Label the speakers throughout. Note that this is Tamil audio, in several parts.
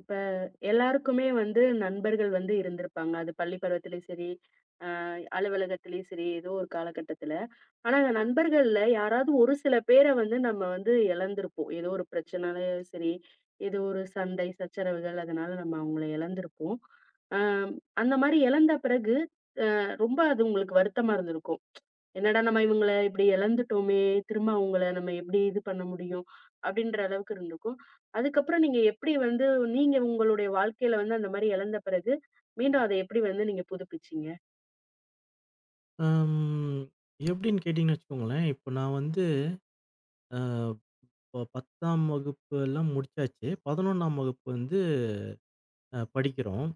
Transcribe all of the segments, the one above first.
Speaker 1: இப்ப எல்லாருக்குமே வந்து நண்பர்கள் வந்து இருந்திருப்பாங்க. அது பள்ளி பருவத்திலயும் சரி, அ அலுவலகத்திலயும் சரி, ஏதோ ஒரு காலகட்டத்தில. ஆனா அந்த நண்பர்கள்ல யாராவது ஒரு சில பேர வந்து நம்ம வந்து இழந்திருப்போம். ஏதோ ஒரு பிரச்சனாலயும் சரி, ஏதோ ஒரு சண்டை, சச்சரவுகள் அதனால நம்ம அவங்கள இழந்திருப்போம். அ அந்த மாரி இழந்த பிறகு அ ரொம்ப அது உங்களுக்கு வருத்தமா இருந்திருக்கும். என்னடா நம்ம இவங்கள இப்படி இழந்துட்டோமே! திரும்ப அவங்கள நம்ம எப்படி இது பண்ண முடியும்? அப்படின்ற அளவுக்கு இருந்திருக்கும். அதுக்கப்புறம் நீங்க எப்படி வந்து நீங்க உங்களுடைய வாழ்க்கையில வந்து அந்த மாரி இழந்த பிறகு, மீண்டும் அத எப்படி வந்து நீங்க புதுப்பிச்சீங்க?
Speaker 2: அம். எப்படின்னு கேட்டீங்கன்னு வச்சுக்கோங்களேன், இப்போ நான் வந்து அ இப்போ 10ஆம் வகுப்பு எல்லாம் முடிச்சாச்சு. 11ஆம் வகுப்பு வந்து படிக்கிறோம்.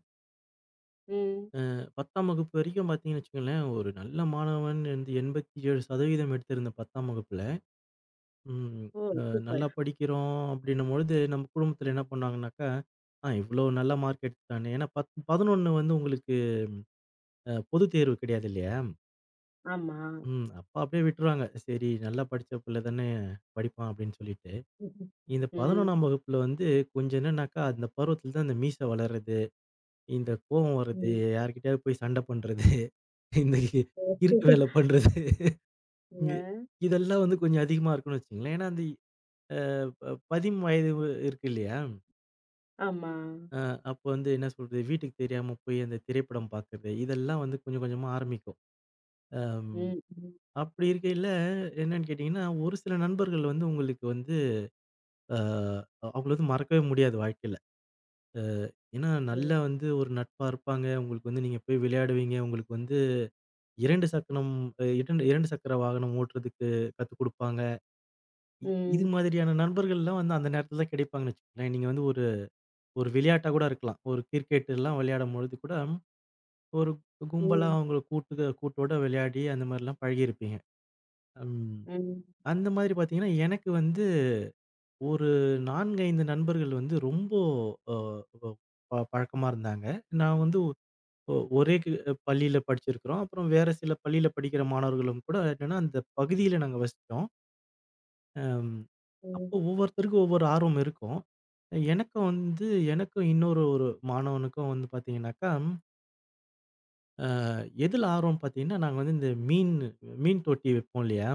Speaker 1: ம்.
Speaker 2: 10ஆம் வகுப்பு வரைக்கும் பார்த்தீங்கன்னு வச்சுக்கோங்களேன், ஒரு நல்ல மாணவன் வந்து 87% எடுத்திருந்தேன் 10ஆம் வகுப்புல. ம்.
Speaker 1: ஓ!
Speaker 2: அ
Speaker 1: சூப்பர்.
Speaker 2: நல்லா படிக்கிறோம் அப்படின்னும்பொழுது, நம்ம குடும்பத்தில என்ன பண்ணாங்கனாக்கா, "ஆ இவ்வளோ நல்ல மார்க் எடுத்துட்டானே." ஏன்னா 10, 11 வந்து உங்களுக்கு பொதுத் தேர்வு கிடையாது இல்லையா?
Speaker 1: ஆமா.
Speaker 2: ம். அப்ப அப்படியே விட்டுருவாங்க. சரி நல்லா படிச்ச பிள்ளை தானே படிப்பான் அப்படின்னு சொல்லிட்டு.
Speaker 1: ம்.
Speaker 2: இந்த 11ஆம் வகுப்புல வந்து கொஞ்சம் என்னன்னாக்கா, அந்த பருவத்தில தான் இந்த மீசை வளர்றது, இந்த கோவம் வர்றது,
Speaker 1: ம்.
Speaker 2: யார்கிட்டயாவது போய் சண்டை பண்றது, இந்த கிறுக்கு வேலை பண்றது, இ
Speaker 1: அ
Speaker 2: இதெல்லாம் வந்து கொஞ்சம் அதிகமா இருக்குன்னு வச்சுக்கங்களேன். ஏன்னா, அந்த அ ப 10 வயது இருக்கு இல்லையா?
Speaker 1: ஆமா.
Speaker 2: அ அப்போ வந்து என்ன சொல்றது, வீட்டுக்கு தெரியாம போய் அந்த திரைப்படம் பார்க்கறது, இதெல்லாம் வந்து கொஞ்சம் கொஞ்சமா ஆரம்பிக்கும். அம்
Speaker 1: ம். ம்.
Speaker 2: அப்படி இருக்கையில என்னன்னு கேட்டீங்கன்னா, ஒரு சில நண்பர்கள் வந்து உங்களுக்கு வந்து அ அவங்கள வந்து மறக்கவே முடியாது வாழ்க்கையில. ஏன்னா, நல்லா
Speaker 1: ம்.
Speaker 2: வந்து ஒரு நட்பா இருப்பாங்க. உங்களுக்கு வந்து நீங்க போய் விளையாடுவீங்க. உங்களுக்கு வந்து 2 சக்கனம் அ 2 2 சக்கர வாகனம் ஓட்டுறதுக்கு கத்துக் குடுப்பாங்க. இ இது
Speaker 1: ம்.
Speaker 2: மாதிரியான நண்பர்கள்லாம் வந்து அந்த நேரத்துல தான் கிடைப்பாங்கன்னு வச்சுக்கங்களேன். நீங்க வந்து ஒரு ஒரு விளையாட்டா கூட இருக்கலாம். ஒரு கிரிக்கெட்லாம் விளையாடும்பொழுது கூட, ஒரு கும்பலா
Speaker 1: ம்.
Speaker 2: அவங்கள கூட்டு கூட்டோட விளையாடி அந்த மாரிலாம் பழகியிருப்பீங்க. ம்.
Speaker 1: ம்.
Speaker 2: அந்த மாதிரி பார்த்தீங்கன்னா, எனக்கு வந்து ஒரு 4, 5 நண்பர்கள் வந்து ரொம்ப அ ப பழக்கமா இருந்தாங்க. நான் வந்து ஒ ஒரே கு பள்ளியில படிச்சிருக்கிறோம். அப்புறம் வேற சில பள்ளியில படிக்கிற மாணவர்களும் கூட என்னன்னா, அந்த பகுதியில நாங்க வசிச்சோம். அம்
Speaker 1: ம்.
Speaker 2: அப்போ ஒவ்வொருத்தருக்கும் ஒவ்வொரு ஆர்வம் இருக்கும். எனக்கும் வந்து எனக்கும் இன்னொரு ஒரு மாணவனுக்கும் வந்து பார்த்தீங்கன்னாக்கா, அ எதில ஆர்வம் பார்த்தீங்கன்னா, நாங்க வந்து இந்த மீன் மீன் தொட்டி வைப்போம் இல்லையா?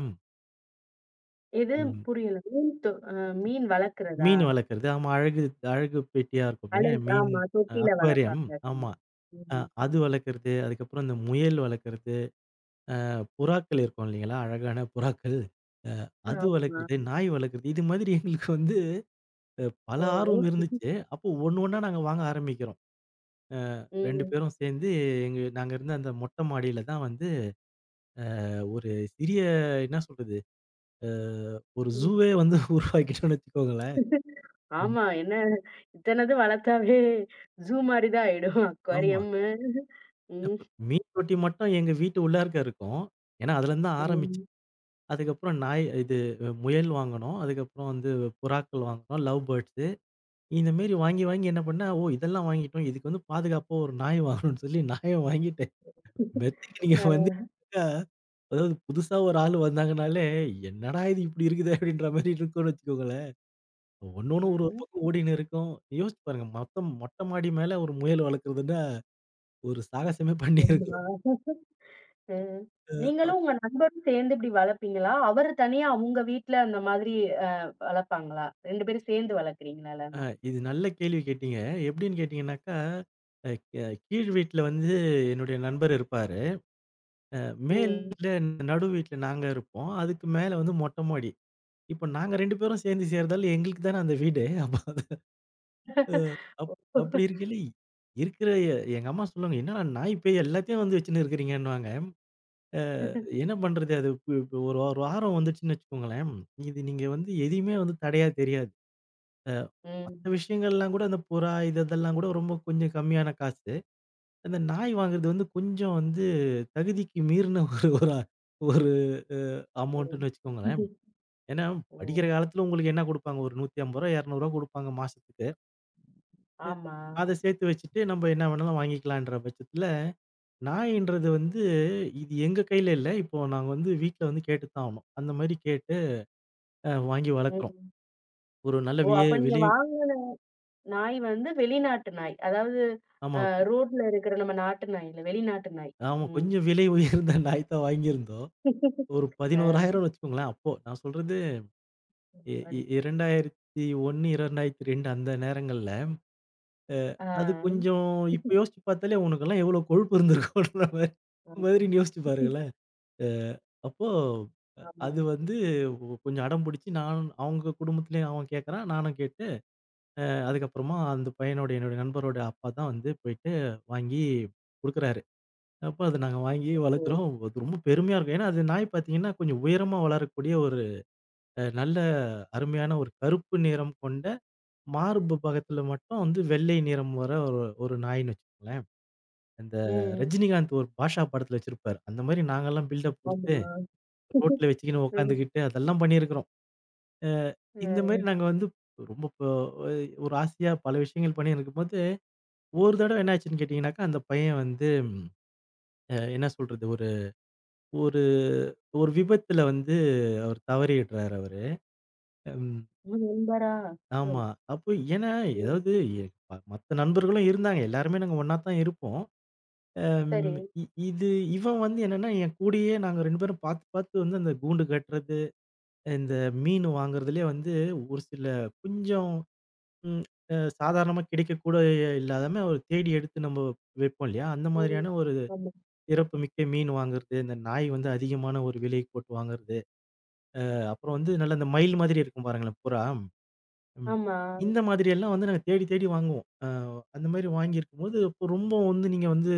Speaker 1: எது
Speaker 2: ம்
Speaker 1: புரியல. மீன் தொ அ மீன் வளர்க்கிறதா?
Speaker 2: மீன் வளர்க்கறது. ஆமா அழகு அழகு பெட்டியா இருக்குமே!
Speaker 1: அழகு
Speaker 2: மீன்
Speaker 1: ஆமா. தொட்டில
Speaker 2: அக்வாரியம்
Speaker 1: வளர்ப்பாங்க.
Speaker 2: ஆமா. அ
Speaker 1: ம்.
Speaker 2: அது வளர்க்கறது. அதுக்கப்புறம் இந்த முயல் வளர்க்கறது. புறாக்கள் இருக்கும் இல்லைங்களா? அழகான புறாக்கள். அ அது ம். வளர்க்குறது,
Speaker 1: ஆமா.
Speaker 2: நாய் வளர்க்குறது இது மாதிரி எங்களுக்கு வந்து பல
Speaker 1: ஓ!
Speaker 2: ஆர்வம் இருந்துச்சு. அப்போ ஒண்ணு ஒண்ணா நாங்க வாங்க ஆரம்பிக்கிறோம். 2
Speaker 1: ம்.
Speaker 2: பேரும் சேர்ந்து நாங்க இருந்த அந்த மொட்ட மாடியில தான் வந்து ஒரு சிறிய என்ன சொல்றது? அ ஒரு
Speaker 1: ம்.
Speaker 2: ஜூவே வந்து உருவாக்கிட்டோம்னு வச்சுக்கோங்களேன். ம்.
Speaker 1: ஆமா. என்ன இத்தனது வளர்த்தாவே ஜூ மாரி தான் ஆயிடும்.
Speaker 2: ஆமா.
Speaker 1: அக்வாரியம்மு. ம்.
Speaker 2: அப்ப மீன் தொட்டி மட்டும் எங்க வீட்டு உள்ளார்க்க இருக்கும். ஏன்னா அதுலருந்து தான் ஆரம்பிச்சு.
Speaker 1: ம்.
Speaker 2: அதுக்கப்புறம் நாய் இது முயல் வாங்குனோம். அதுக்கப்புறம் வந்து புறாக்கள் வாங்குனோம். Love birds. இந்த மேரி வாங்கி, வாங்கி என்ன பண்ணேன், ஓ! இதெல்லாம் வாங்கிட்டோம். இதுக்கு வந்து பாதுகாப்பா ஒரு நாய் வாங்கணும்னு சொல்லி நாய வாங்கிட்டேன். மெத்தைக்கு நீங்க
Speaker 1: அ.
Speaker 2: வந்து அதாவது புதுசா ஒரு ஆள் வந்தாங்கனாலே, என்னடா இது இப்படி இருக்குதே அப்படின்ற மாரி இருக்கும்னு வச்சுக்கோங்களேன்.
Speaker 1: அ.
Speaker 2: ஒண்ணொண்ணும் ஒரு, ஒரு பக்கம் ஓடின்னு இருக்கும். யோசிச்சு பாருங்க, மொத்தம் மொட்டை மாடி மேல ஒரு முயல் வளர்க்குறதுன்னா, ஒரு சாகசமே
Speaker 1: ஆமா.
Speaker 2: பண்ணியிருக்கிறோம்.
Speaker 1: ம். நீங்களும்
Speaker 2: அப்
Speaker 1: உங்க நண்பரும் சேர்ந்து இப்படி வளர்ப்பீங்களா? அவரு தனியா அவங்க வீட்ல அந்த மாதிரி அ வளர்ப்பாங்களா? 2 பேரும் சேர்ந்து வளர்க்குறீங்களா
Speaker 2: அ
Speaker 1: இல்லன்னா?
Speaker 2: இது நல்ல கேள்வி கேட்டீங்க. எப்படின்னு கேட்டீங்கன்னாக்கா, அ கெ கீழ் வீட்ல வந்து என்னுடைய நண்பர் இருப்பாரு. அ
Speaker 1: ம்.
Speaker 2: மேல்ல நடு வீட்ல நாங்க இருப்போம். அதுக்கு மேல வந்து மொட்ட மாடி. இப்ப நாங்க 2 பேரும் சேர்ந்து செய்றதால எங்களுக்கு தானே அந்த வீடு. அப்ப அது அப் அப்படி இருக்கையில இருக்கிற எங்க அம்மா சொல்லுவாங்க, "என்னடா நாய், பேய் எல்லாத்தையும் வந்து வச்சுன்னு இருக்கிறீங்கன்னுவாங்க." அ என்ன பண்றது அது இப்ப ஒரு ஒரு வாரம் வந்துச்சுன்னு வச்சுக்கோங்களேன், இது நீங்க வந்து எதையுமே வந்து தடையா தெரியாது. அ மத்த
Speaker 1: ம்.
Speaker 2: விஷயங்கள்லாம் கூட அந்த புறா இது இதெல்லாம் கூட ரொம்ப கொஞ்சம் கம்மியான காசு. அந்த நாய் வாங்குறது வந்து கொஞ்சம் வந்து தகுதிக்கு மீறின ஒரு ஒரு ஒரு அ அமௌண்ட்டுன்னு
Speaker 1: ம்.
Speaker 2: வச்சுக்கோங்களேன். ஏன்னா
Speaker 1: ஓ!
Speaker 2: படிக்கிற காலத்துல உங்களுக்கு என்ன குடுப்பாங்க? ஒரு ரூ. 150, ரூ. 200 குடுப்பாங்க மாசத்துக்கு. அ
Speaker 1: ஆமா.
Speaker 2: அத சேர்த்து வச்சுட்டு நம்ம என்ன வேணாலும் வாங்கிக்கலான்ற பட்சத்துல, நாயின்றது வந்து இது எங்க கையில இல்ல. இப்போ நாங்க வந்து வீட்ல வந்து கேட்டு தான் ஆகணும். அந்த மாரி கேட்டு வாங்கி வளர்க்குறோம்.
Speaker 1: ம்.
Speaker 2: ஒரு நல்ல
Speaker 1: ஓ! அப்ப நீங்க
Speaker 2: விலை
Speaker 1: நாய் வந்து வெளிநாட்டு நாய். அதாவது
Speaker 2: ஆமா.
Speaker 1: அ ரோட்ல இருக்கிற நம்ம நாட்டு நாய் இல்ல, வெளிநாட்டு நாய்.
Speaker 2: ஆமா.
Speaker 1: ம்.
Speaker 2: கொஞ்சம் விலை உயர்ந்த நாய் தான் வாங்கியிருந்தோம். ஒரு
Speaker 1: அ
Speaker 2: 11,000ன்னு வச்சுக்கோங்களேன். அப்போ நான் சொல்றது இ இ
Speaker 1: படி
Speaker 2: 2001, 2002 அந்த நேரங்கள்ல.
Speaker 1: ஆ.
Speaker 2: அது கொஞ்சம் இப்ப யோசிச்சு பார்த்தாலே உனக்கெல்லாம் எவ்வளோ கொழுப்பு இருந்திருக்கும்ன்ற மாரி
Speaker 1: ஆமா,
Speaker 2: மாதிரி நீ யோசிச்சு பாருங்களேன். அ அப்போ
Speaker 1: ஆமா.
Speaker 2: அது வந்து கொஞ்சம் அடம் பிடிச்சு நான் அவங்க குடும்பத்திலயும் அவன் கேட்கறான். நானும் கேட்டு அதுக்கப்புறமா அந்த பையனோட என்னோட நண்பரோட அப்பா தான் வந்து போயிட்டு வாங்கி குடுக்குறாரு. அப்ப அத நாங்க வாங்கி
Speaker 1: ஓ!
Speaker 2: வளர்க்குறோம். அது ரொம்ப பெருமையா இருக்கும். ஏன்னா, அது நாய் பார்த்தீங்கன்னா, கொஞ்சம் உயரமா வளரக்கூடிய ஒரு நல்ல அருமையான ஒரு கருப்பு நிறம் கொண்ட மார்பு பக்கத்துல மட்டும் வந்து வெள்ளை நிறம் வர ஒரு ஒரு நாய்ன்னு வச்சுக்கோங்களேன். அந்த
Speaker 1: ம்.
Speaker 2: ரஜினிகாந்த் ஒரு பாஷா படத்துல வச்சிருப்பாரு. அந்த மாரி நாங்கலாம் பில்டப் குடுத்து
Speaker 1: ஆமா.
Speaker 2: ரோட்ல வச்சுக்கின்னு
Speaker 1: ம்.
Speaker 2: உட்காந்துக்கிட்டு அதெல்லாம் பண்ணியிருக்கிறோம். இந்த மாரி நாங்க வந்து ரொம்ப ப ஒய் ஒரு ஆசையா பல விஷயங்கள் பண்ணியிருக்கும்போது, ஒரு தடவ என்ன ஆச்சுன்னு கேட்டீங்கன்னாக்கா, அந்த பையன் வந்து என்ன சொல்றது? ஒரு ஒரு ஒரு விபத்துல வந்து அவர் தவறிடுறாரு அவரு. ம்.
Speaker 1: நண்பரா? ஓ!
Speaker 2: ஆமா. அப்போ ஏன்னா,
Speaker 1: ம்.
Speaker 2: ஏதாவது எ ப மத்த நண்பர்களும் இருந்தாங்க. எல்லாருமே நாங்க ஒண்ணா தான் இருப்போம்.
Speaker 1: சரி.
Speaker 2: அம் இ இது இவன் வந்து என்னன்னா, என் கூடயே நாங்க 2 பேரும் பார்த்து, பார்த்து வந்து அந்த கூண்டு கட்டுறது, இந்த மீன் வாங்குறதுலயே வந்து ஒரு சில கொஞ்சம் ம். சாதாரணமா கிடைக்கக்கூட இல்லாதம ஒரு தேடி எடுத்து நம்ம வைப்போம் இல்லையா? அந்த
Speaker 1: ம்.
Speaker 2: மாதிரியான ஒரு
Speaker 1: ஆமா.
Speaker 2: சிறப்பு மிக்க மீன் வாங்குறது, இந்த நாய் வந்து அதிகமான ஒரு விலை போட்டு வாங்குறது, அப்புறம் வந்து நல்ல அந்த மயில் மாதிரி இருக்கும் பாருங்களேன் புறா. ம்.
Speaker 1: ஆமா.
Speaker 2: இந்த மாதிரி எல்லாம் வந்து நாங்க தேடி தேடி வாங்குவோம். அந்த மாரி வாங்கியிருக்கும்போது, அப்போ ரொம்ப வந்து நீங்க வந்து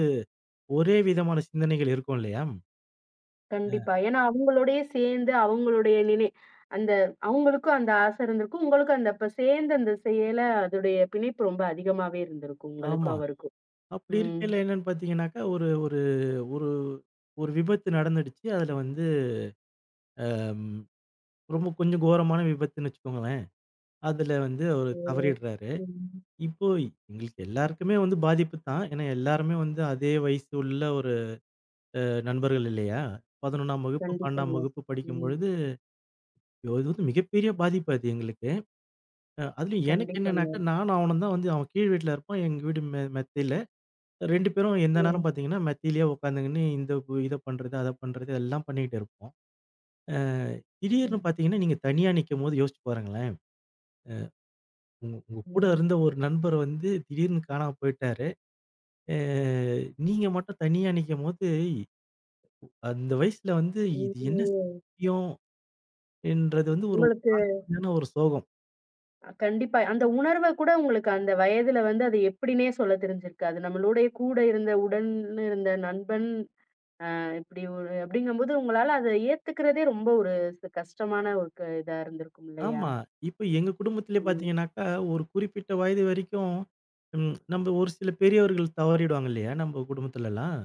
Speaker 2: ஒரே விதமான சிந்தனைகள் இருக்கும் இல்லையா? அ
Speaker 1: கண்டிப்பா. ஏன்னா அவங்களோடயே சேர்ந்து அவங்களுடைய நினை அந்த அவங்களுக்கும் அந்த ஆசை இருந்திருக்கும். உங்களுக்கும் அந்த அப்ப சேர்ந்து அந்த செயல அதோடைய பிணைப்பு ரொம்ப அதிகமாவே இருந்திருக்கும்.
Speaker 2: ஆமா.
Speaker 1: உங்களுக்கும் அவருக்கும்.
Speaker 2: அப்படி
Speaker 1: ம்.
Speaker 2: இருக்கையில என்னன்னு பார்த்தீங்கன்னாக்கா, ஒரு ஒரு ஒரு ஒரு விபத்து நடந்துடுச்சு. அதுல வந்து அம் ரொம்ப கொஞ்சம் கோரமான விபத்துன்னு வச்சுக்கோங்க. அதுல வந்து அவரு
Speaker 1: ம்.
Speaker 2: தவறிடுறாரு.
Speaker 1: ம்.
Speaker 2: இப்போ எங்களுக்கு எல்லாருக்குமே வந்து பாதிப்பு தான். ஏன்னா எல்லாருமே வந்து அதே வயசு உள்ள ஒரு நண்பர்கள் இல்லையா? 11ஆம் வகுப்பு,
Speaker 1: கண்டிப்பாங்க.
Speaker 2: 12ஆம் வகுப்பு
Speaker 1: ம்.
Speaker 2: படிக்கும்பொழுது, இது வந்து மிகப்பெரிய பாதிப்பு அது எங்களுக்கு. அதுலயும் எனக்கு
Speaker 1: கண்டிப்பாங்க.
Speaker 2: என்னன்னாக்கா, நானும் அவனும் தான் வந்து அவன் கீழ் வீட்ல இருப்பான். எங்க வீடு மெத்தையில. 2 பேரும் எந்த நேரம்
Speaker 1: ம்.
Speaker 2: பார்த்தீங்கன்னா, மெத்தையிலேயே உட்காந்துங்கன்னு இந்த இத பண்றது, அத பண்றது எல்லாம் பண்ணிக்கிட்டு இருப்போம். அ திடீர்னு
Speaker 1: ம்.
Speaker 2: பார்த்தீங்கன்னா, நீங்க தனியா நிக்கும்போது யோசிச்சு பாருங்களேன். உங்க உங்க கூட
Speaker 1: ம்.
Speaker 2: இருந்த ஒரு நண்பர் வந்து திடீர்னு காணாம போயிட்டாரு. அ நீங்க மட்டும் தனியா நிக்கும்போது, அந்த வயசுல வந்து இது என்ன
Speaker 1: ம்.
Speaker 2: சத்தியம் என்றது வந்து ஒரு
Speaker 1: உங்களுக்கு
Speaker 2: தாங்க முடியாத ஒரு சோகம்.
Speaker 1: கண்டிப்பா அந்த உணர்வ கூட உங்களுக்கு அந்த வயதுல வந்து அது எப்படின்னே சொல்ல தெரிஞ்சிருக்காது. நம்மளுடைய கூட இருந்த உடன் இருந்த நண்பன் அ இப்படி ஒரு அப்படிங்கும்போது உங்களால அத ஏத்துக்கிறதே ரொம்ப ஒரு கஷ்டமான ஒரு க இதா இருந்திருக்கும் இல்லையா?
Speaker 2: ஆமா. இப்ப எங்க குடும்பத்திலே
Speaker 1: ம்.
Speaker 2: பார்த்தீங்கன்னாக்கா, ஒரு குறிப்பிட்ட வயது வரைக்கும் ம் நம்ம ஒரு சில பெரியவர்கள் தவறிடுவாங்க இல்லையா? நம்ம குடும்பத்துலலாம்.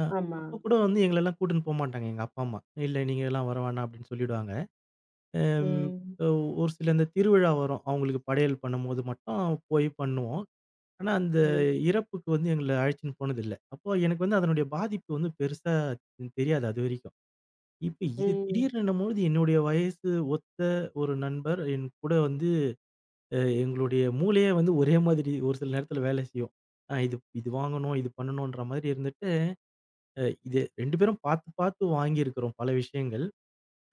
Speaker 2: அ
Speaker 1: ஆமா.
Speaker 2: அப்ப கூட வந்து எங்களலாம் கூட்டின்னு போமாட்டாங்க எங்க அப்பா, அம்மா. "இல்ல நீங்கலாம் வர வேணாம்" அப்படின்னு சொல்லிடுவாங்க. அம்
Speaker 1: ம்.
Speaker 2: ஒரு சில இந்த திருவிழா வரும். அவங்களுக்கு படையல் பண்ணும்போது மட்டும் போய் பண்ணுவோம். ஆனா, அந்த
Speaker 1: ம்.
Speaker 2: இறப்புக்கு வந்து எங்கள அழைச்சுன்னு போனதில்ல. அப்போ எனக்கு வந்து அதனுடைய பாதிப்பு வந்து பெருசா தெரியாது அதுவரைக்கும். இப்ப இது
Speaker 1: ம்.
Speaker 2: திடீர்னுன்னும்போது என்னுடைய வயசு ஒத்த ஒரு நண்பர் என் கூட வந்து எங்களுடைய மூளையே வந்து ஒரே மாதிரி ஒரு சில நேரத்தில வேலை செய்யும். அ இது இது வாங்கணும், இது பண்ணணுன்ற மாதிரி இருந்துட்டு, அ இது 2 பேரும் பார்த்து, பார்த்து வாங்கியிருக்கிறோம் பல விஷயங்கள்.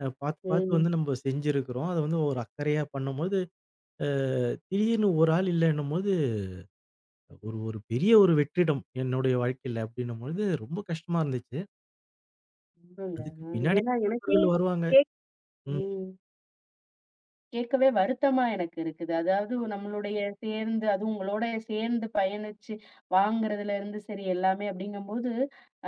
Speaker 2: பார்த்து, பார்த்து
Speaker 1: ம்.
Speaker 2: வந்து நம்ம செஞ்சிருக்கிறோம். அத வந்து ஒரு அக்கறையா பண்ணும்போது, அ திடீர்னு ஒரு ஆள் இல்லன்னும்போது ஒரு ஒரு பெரிய ஒரு வெற்றிடம் என்னுடைய வாழ்க்கையில அப்படின்னும்பொழுது ரொம்ப கஷ்டமா இருந்துச்சு.
Speaker 1: ரொம்பங்க.
Speaker 2: அதுக்கு
Speaker 1: அ
Speaker 2: பின்னாடி
Speaker 1: ஏன்னா எனக்கே
Speaker 2: நண்பர்கள் வருவாங்க.
Speaker 1: கேக்
Speaker 2: ம்.
Speaker 1: ம். கேட்கவே வருத்தமா எனக்கு இருக்குது. அதாவது நம்மளுடைய சேர்ந்து அதுவும் உங்களோட சேர்ந்து பயணிச்சு வாங்குறதுல இருந்து சரி எல்லாமே அப்படிங்கும்போது,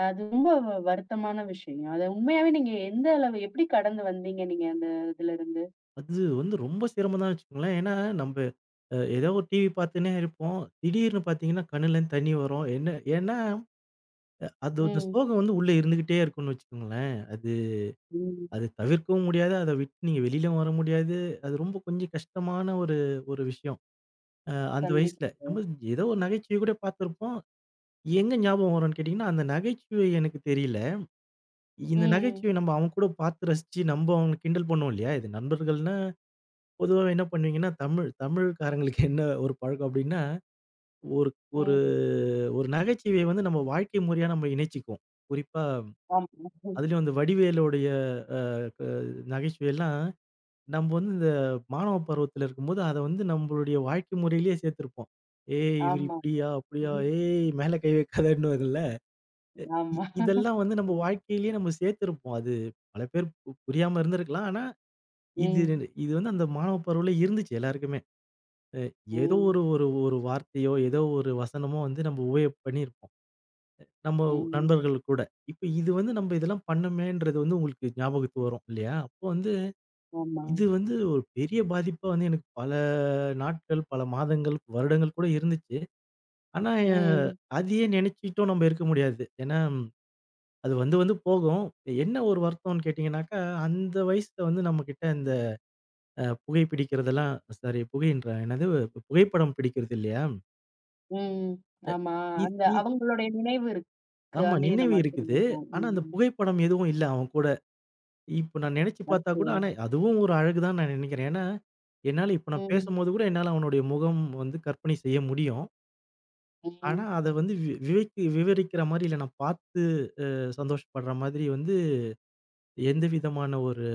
Speaker 1: அது ரொம்ப வருத்தமான விஷயம். அத உண்மையாவே நீங்க எந்த அளவு எப்படி கடந்து வந்தீங்க நீங்க அந்த இதுலருந்து?
Speaker 2: அது வந்து ரொம்ப சிரமம் தான் வச்சுக்கோங்களேன். ஏன்னா நம்ப அ ஏதோ ஒரு டிவி பார்த்துன்னே இருப்போம். திடீர்னு பார்த்தீங்கன்னா கண்ணுலேருந்து தண்ணி வரும். என்ன ஏன்னா அது அந்த
Speaker 1: ம்.
Speaker 2: சோகம் வந்து உள்ள இருந்துகிட்டே இருக்கும்னு வச்சுக்கோங்களேன். அது
Speaker 1: ம்.
Speaker 2: அது தவிர்க்கவும் முடியாது. அத விட்டு நீங்க வெளியிலயும் வர முடியாது. அது ரொம்ப கொஞ்சம் கஷ்டமான ஒரு ஒரு விஷயம். அந்த வயசுல.
Speaker 1: கண்டிப்பா.
Speaker 2: நம்ம ஏதோ ஒரு நகைச்சுவை கூட பார்த்துருப்போம். எங்க ஞாபகம் வரும்ன்னு கேட்டீங்கன்னா, அந்த நகைச்சுவை எனக்கு தெரியல. இந்த
Speaker 1: ம்.
Speaker 2: நகைச்சுவை நம்ம அவன் கூட பார்த்து ரசிச்சு நம்ம அவன கிண்டல் பண்ணுவோம் இல்லையா? இது நண்பர்கள்னா, பொதுவா என்ன பண்ணுவீங்கன்னா, தமிழ் தமிழ்காரங்களுக்கு என்ன ஒரு பழக்கம் அப்படின்னா, ஒரு ஒரு
Speaker 1: ம்.
Speaker 2: ஒரு நகைச்சுவைய வந்து நம்ம வாழ்க்கை முறையா நம்ம இணைச்சுக்குவோம். குறிப்பா
Speaker 1: ஆமா.
Speaker 2: அதுலயும் அந்த வடிவேலுடைய அ க நகைச்சுவையெல்லாம் நம்ம வந்து இந்த மாணவ பருவத்தில இருக்கும்போது, அத வந்து நம்மளுடைய வாழ்க்கை முறையிலேயே சேர்த்திருப்போம். "ஏய் இவரு
Speaker 1: ஆமா.
Speaker 2: இப்படியா? அப்படியா?
Speaker 1: ம்,
Speaker 2: ஏய் மேல கை வைக்காதன்னுவாங்கல்ல."
Speaker 1: ஆமா.
Speaker 2: இதெல்லாம் வந்து நம்ம
Speaker 1: ம்.
Speaker 2: வாழ்க்கையிலேயே நம்ம சேர்த்திருப்போம். அது பல பேர் புரியாம இருந்திருக்கலாம். ஆனா இது
Speaker 1: ம்.
Speaker 2: இது வந்து அந்த மாணவ பருவல இருந்துச்சு எல்லாருக்குமே. ஏதோ
Speaker 1: ம்.
Speaker 2: ஒரு ஒரு ஒரு வார்த்தையோ, ஏதோ ஒரு வசனமோ வந்து நம்ம உபயோக பண்ணியிருப்போம். நம்ம
Speaker 1: ம்.
Speaker 2: நண்பர்கள் கூட. இப்ப இது வந்து நம்ம இதெல்லாம் பண்ணோமேன்றது வந்து உங்களுக்கு ஞாபகத்துக்கு வரும் இல்லையா? அப்போ வந்து
Speaker 1: ஆமா.
Speaker 2: இது வந்து ஒரு பெரிய பாதிப்பா வந்து எனக்கு பல நாட்கள், பல மாதங்கள், வருடங்கள் கூட இருந்துச்சு. ஆனா அஹ்,
Speaker 1: ம்.
Speaker 2: அதையே நினைச்சுட்டும் நம்ம இருக்க முடியாது. ஏன்னா ம், அது வந்து வந்து போகும். என்ன ஒரு வருத்தம்னு கேட்டீங்கன்னாக்கா, அந்த வயசுல வந்து நம்மகிட்ட இந்த புகை பிடிக்கிறதெல்லாம் சாரி புகைன்றேன். என்னது புகைப்படம் பிடிக்கிறது இல்லையா?
Speaker 1: ம். ஆமா.
Speaker 2: இ
Speaker 1: அந்த
Speaker 2: இ
Speaker 1: அவங்களுடைய நினைவு இருக்கு.
Speaker 2: ஆமா
Speaker 1: ஆண்டி
Speaker 2: நினைவு
Speaker 1: நம்ம
Speaker 2: இருக்குது.
Speaker 1: வச்சிருந்துருக்கோம்.
Speaker 2: ஆனா, அந்த
Speaker 1: ம்.
Speaker 2: புகைப்படம் எதுவும் இல்ல அவன் கூட. இப்ப நான் நினைச்சு பார்த்தா
Speaker 1: அச்சோ!
Speaker 2: கூட ஆனா அதுவும் ஒரு அழகு தான் நான் நினைக்கிறேன். ஏன்னா, என்னால இப்ப நான்
Speaker 1: ம்.
Speaker 2: பேசும்போது கூட என்னால அவனுடைய முகம் வந்து கற்பனை செய்ய முடியும்.
Speaker 1: ம்.
Speaker 2: ஆனா, அத வந்து வி விவரிக் விவரிக்கிற மாரி இல்ல. நான் பார்த்து சந்தோஷப்படுற மாதிரி வந்து எந்த விதமான ஒரு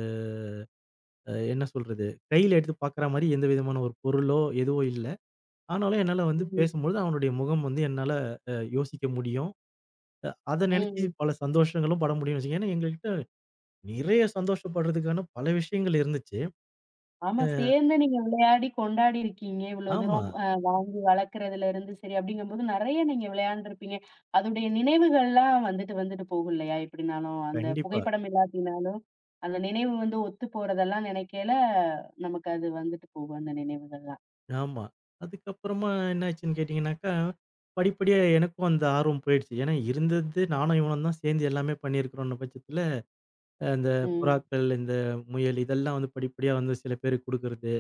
Speaker 2: என்ன சொல்றது? கையில எடுத்து பார்க்குற மாரி எந்த விதமான ஒரு பொருளோ, எதுவோ இல்ல. ஆனாலும் என்னால வந்து
Speaker 1: ம்.
Speaker 2: பேசும்பொழுது அவனுடைய முகம் வந்து என்னால யோசிக்க முடியும். அத நெனச்சு
Speaker 1: ம்.
Speaker 2: பல சந்தோஷங்களும் பட முடியும்னு வச்சுக்கோங்க. ஏன்னா எங்ககிட்ட நிறைய சந்தோஷப்படுறதுக்கான பல விஷயங்கள் இருந்துச்சு.
Speaker 1: ஆமா.
Speaker 2: அ
Speaker 1: சேர்ந்து நீங்க விளையாடி கொண்டாடி இருக்கீங்க. இவ்வளோ
Speaker 2: ஆமா.
Speaker 1: தூரம் வாங்கி வளர்க்குறதுலருந்து சரி அப்படிங்கும்போது நெறைய நீங்க விளையாண்டுருப்பீங்க. அதோடைய நினைவுகள்லாம் வந்துட்டு வந்துட்டு போகும் இல்லையா? எப்படினாலும் அந்த
Speaker 2: கண்டிப்பா.
Speaker 1: புகைப்படம் இல்லாட்டினாலும், அந்த நினைவு வந்து ஒத்து போறதெல்லாம் நெனைக்கையில, நமக்கு அது வந்துட்டு போகும் அந்த நினைவுகள்லாம்.
Speaker 2: ஆமா. அதுக்கப்புறமா என்னாச்சுன்னு கேட்டீங்கன்னாக்கா, படிப்படியா எனக்கும் அந்த ஆர்வம் போயிடுச்சு. ஏன்னா இருந்தது நானும் இவனும் தான் சேர்ந்து எல்லாமே பண்ணியிருக்கிறோம்ன்ன பட்சத்தில, அந்த
Speaker 1: ம்.
Speaker 2: புறாக்கள், இந்த முயல் இதெல்லாம் வந்து படிப்படியா வந்து சில பேருக்கு குடுக்குறது.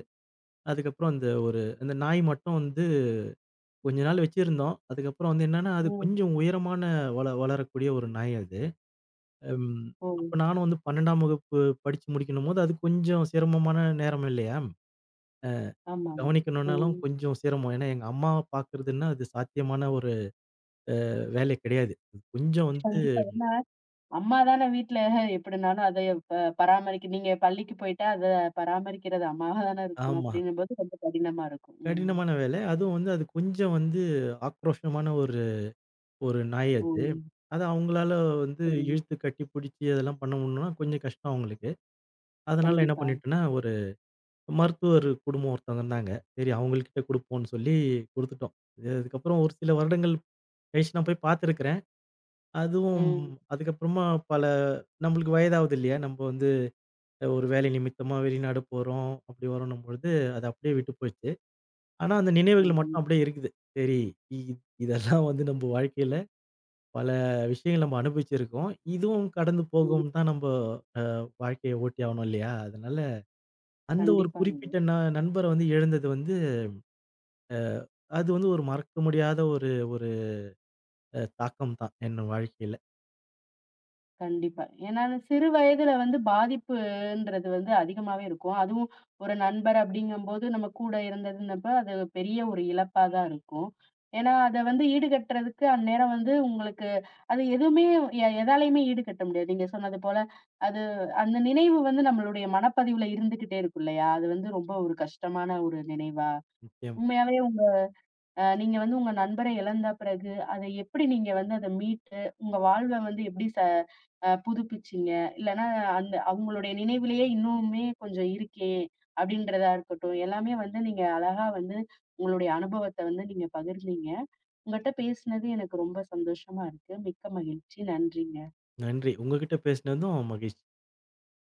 Speaker 2: அதுக்கப்புறம் அந்த ஒரு அந்த நாய் மட்டும் வந்து கொஞ்ச நாள் வச்சிருந்தோம். அதுக்கப்புறம் வந்து என்னன்னா, அது
Speaker 1: ம்.
Speaker 2: கொஞ்சம் உயரமான வளரக்கூடிய ஒரு நாய் அது. ம்.
Speaker 1: ஓ!
Speaker 2: அப்ப நானும் வந்து 12ஆம் வகுப்பு படிச்சு முடிக்கணும்போது, அது கொஞ்சம் சிரமமான நேரம் இல்லையா?
Speaker 1: ஆமா. ம்.
Speaker 2: கவனிக்கணும்னாலும் கொஞ்சம் சிரமம். ஏன்னா, எங்க அம்மா பார்க்குறதுன்னா, அது சாத்தியமான ஒரு வேலை கிடையாது. அது கொஞ்சம் வந்து
Speaker 1: கண்டிப்பா. அம்மா தானே வீட்ல எப்படினாலும் அத பராமரிக்க நீங்க பள்ளிக்கு போயிட்டா, அத பராமரிக்கிறது அம்மாவா தானே இருக்கும்.
Speaker 2: ஆமா.
Speaker 1: அப்படிங்கும்போது ரொம்ப கடினமா இருக்கும். ம்.
Speaker 2: கடினமான வேலை. அதுவும் வந்து அது கொஞ்சம் வந்து ஆக்ரோஷமான ஒரு ஒரு நாய்
Speaker 1: ஓ!
Speaker 2: அது. அத அவங்களால வந்து
Speaker 1: சரிங்க.
Speaker 2: இழுத்து கட்டி பிடிச்சு அதெல்லாம் பண்ண முடியணும்னா கொஞ்சம் கஷ்டம் அவங்களுக்கு. அதனால என்ன
Speaker 1: கண்டிப்பா.
Speaker 2: பண்ணிட்டேன்னா மருத்துவர் குடும்பம் ஒருத்தவங்க இருந்தாங்க. சரி அவங்கள்கிட்ட குடுப்போம்ன்னு சொல்லி குடுத்துட்டோம். அதுக்கப்புறம் ஒரு சில வருடங்கள் கழிச்சு நான் போய் பார்த்துருக்கிறேன். அதுவும்
Speaker 1: ம்.
Speaker 2: அதுக்கப்புறமா பல நம்மளுக்கு வயதாகுது இல்லையா? நம்ம வந்து ஒரு வேலை நிமித்தமா வெளிநாடு போறோம். அப்படி வரணும் பொழுது அது அப்படியே விட்டு போயிடுச்சு. ஆனா அந்த நினைவுகள்
Speaker 1: ம்.
Speaker 2: மட்டும் அப்படியே இருக்குது. சரி இ இதெல்லாம் வந்து நம்ம வாழ்க்கையில பல விஷயங்கள் நம்ம அனுபவிச்சிருக்கோம். இதுவும் கடந்து
Speaker 1: ம்.
Speaker 2: போகும் தான் நம்ம வாழ்க்கைய ஓட்டி ஆகணும் இல்லையா? அதனால அந்த ஒரு
Speaker 1: கண்டிப்பாங்க.
Speaker 2: குறிப்பிட்ட நண்பர வந்து இழந்தது வந்து அ அது வந்து ஒரு மறக்க முடியாத ஒரு ஒரு அ தாக்கம் தான், என் வாழ்க்கையில.
Speaker 1: கண்டிப்பா. ஏன்னா சிறு வயதுல வந்து பாதிப்புன்றது வந்து அதிகமாவே இருக்கும். அதுவும் ஒரு நண்பர் அப்படிங்கும்போது நம்ம கூட இருந்ததுன்னப்ப அது பெரிய ஒரு இழப்பா தான் இருக்கும். ஏன்னா அத வந்து ஈடுகட்டுறதுக்கு அந்நேரம் வந்து உங்களுக்கு அது எதுவுமே எதாலயுமே ஈடுகட்ட முடியாது. நீங்க சொன்னது போல அது அந்த நினைவு வந்து நம்மளுடைய மனப்பதிவுல இருந்துகிட்டே இருக்கும் இல்லையா? அது வந்து ரொம்ப ஒரு கஷ்டமான ஒரு நினைவா
Speaker 2: நிச்சயமா.
Speaker 1: உண்மையாவே நீங்க வந்து உங்க நண்பரை இழந்த பிறகு, அத எப்படி நீங்க வந்து அத மீட்டு, உங்க வாழ்வ வந்து எப்படி ச அ புதுப்பிச்சீங்க? இல்லன்னா அந்த அவங்களுடைய நினைவிலேயே இன்னுமே கொஞ்சம் இருக்கே, அப்படின்றதா இருக்கட்டும். எல்லாமே வந்து நீங்க அழகா வந்து உங்களுடைய அனுபவத்த வந்து நீங்க பகிர்ந்தீங்க. உங்கட்ட பேசினது எனக்கு ரொம்ப சந்தோஷமா இருக்கு. மிக்க மகிழ்ச்சி. நன்றிங்க.
Speaker 2: நன்றி. உங்ககிட்ட பேசினதும் மகிழ்ச்சி.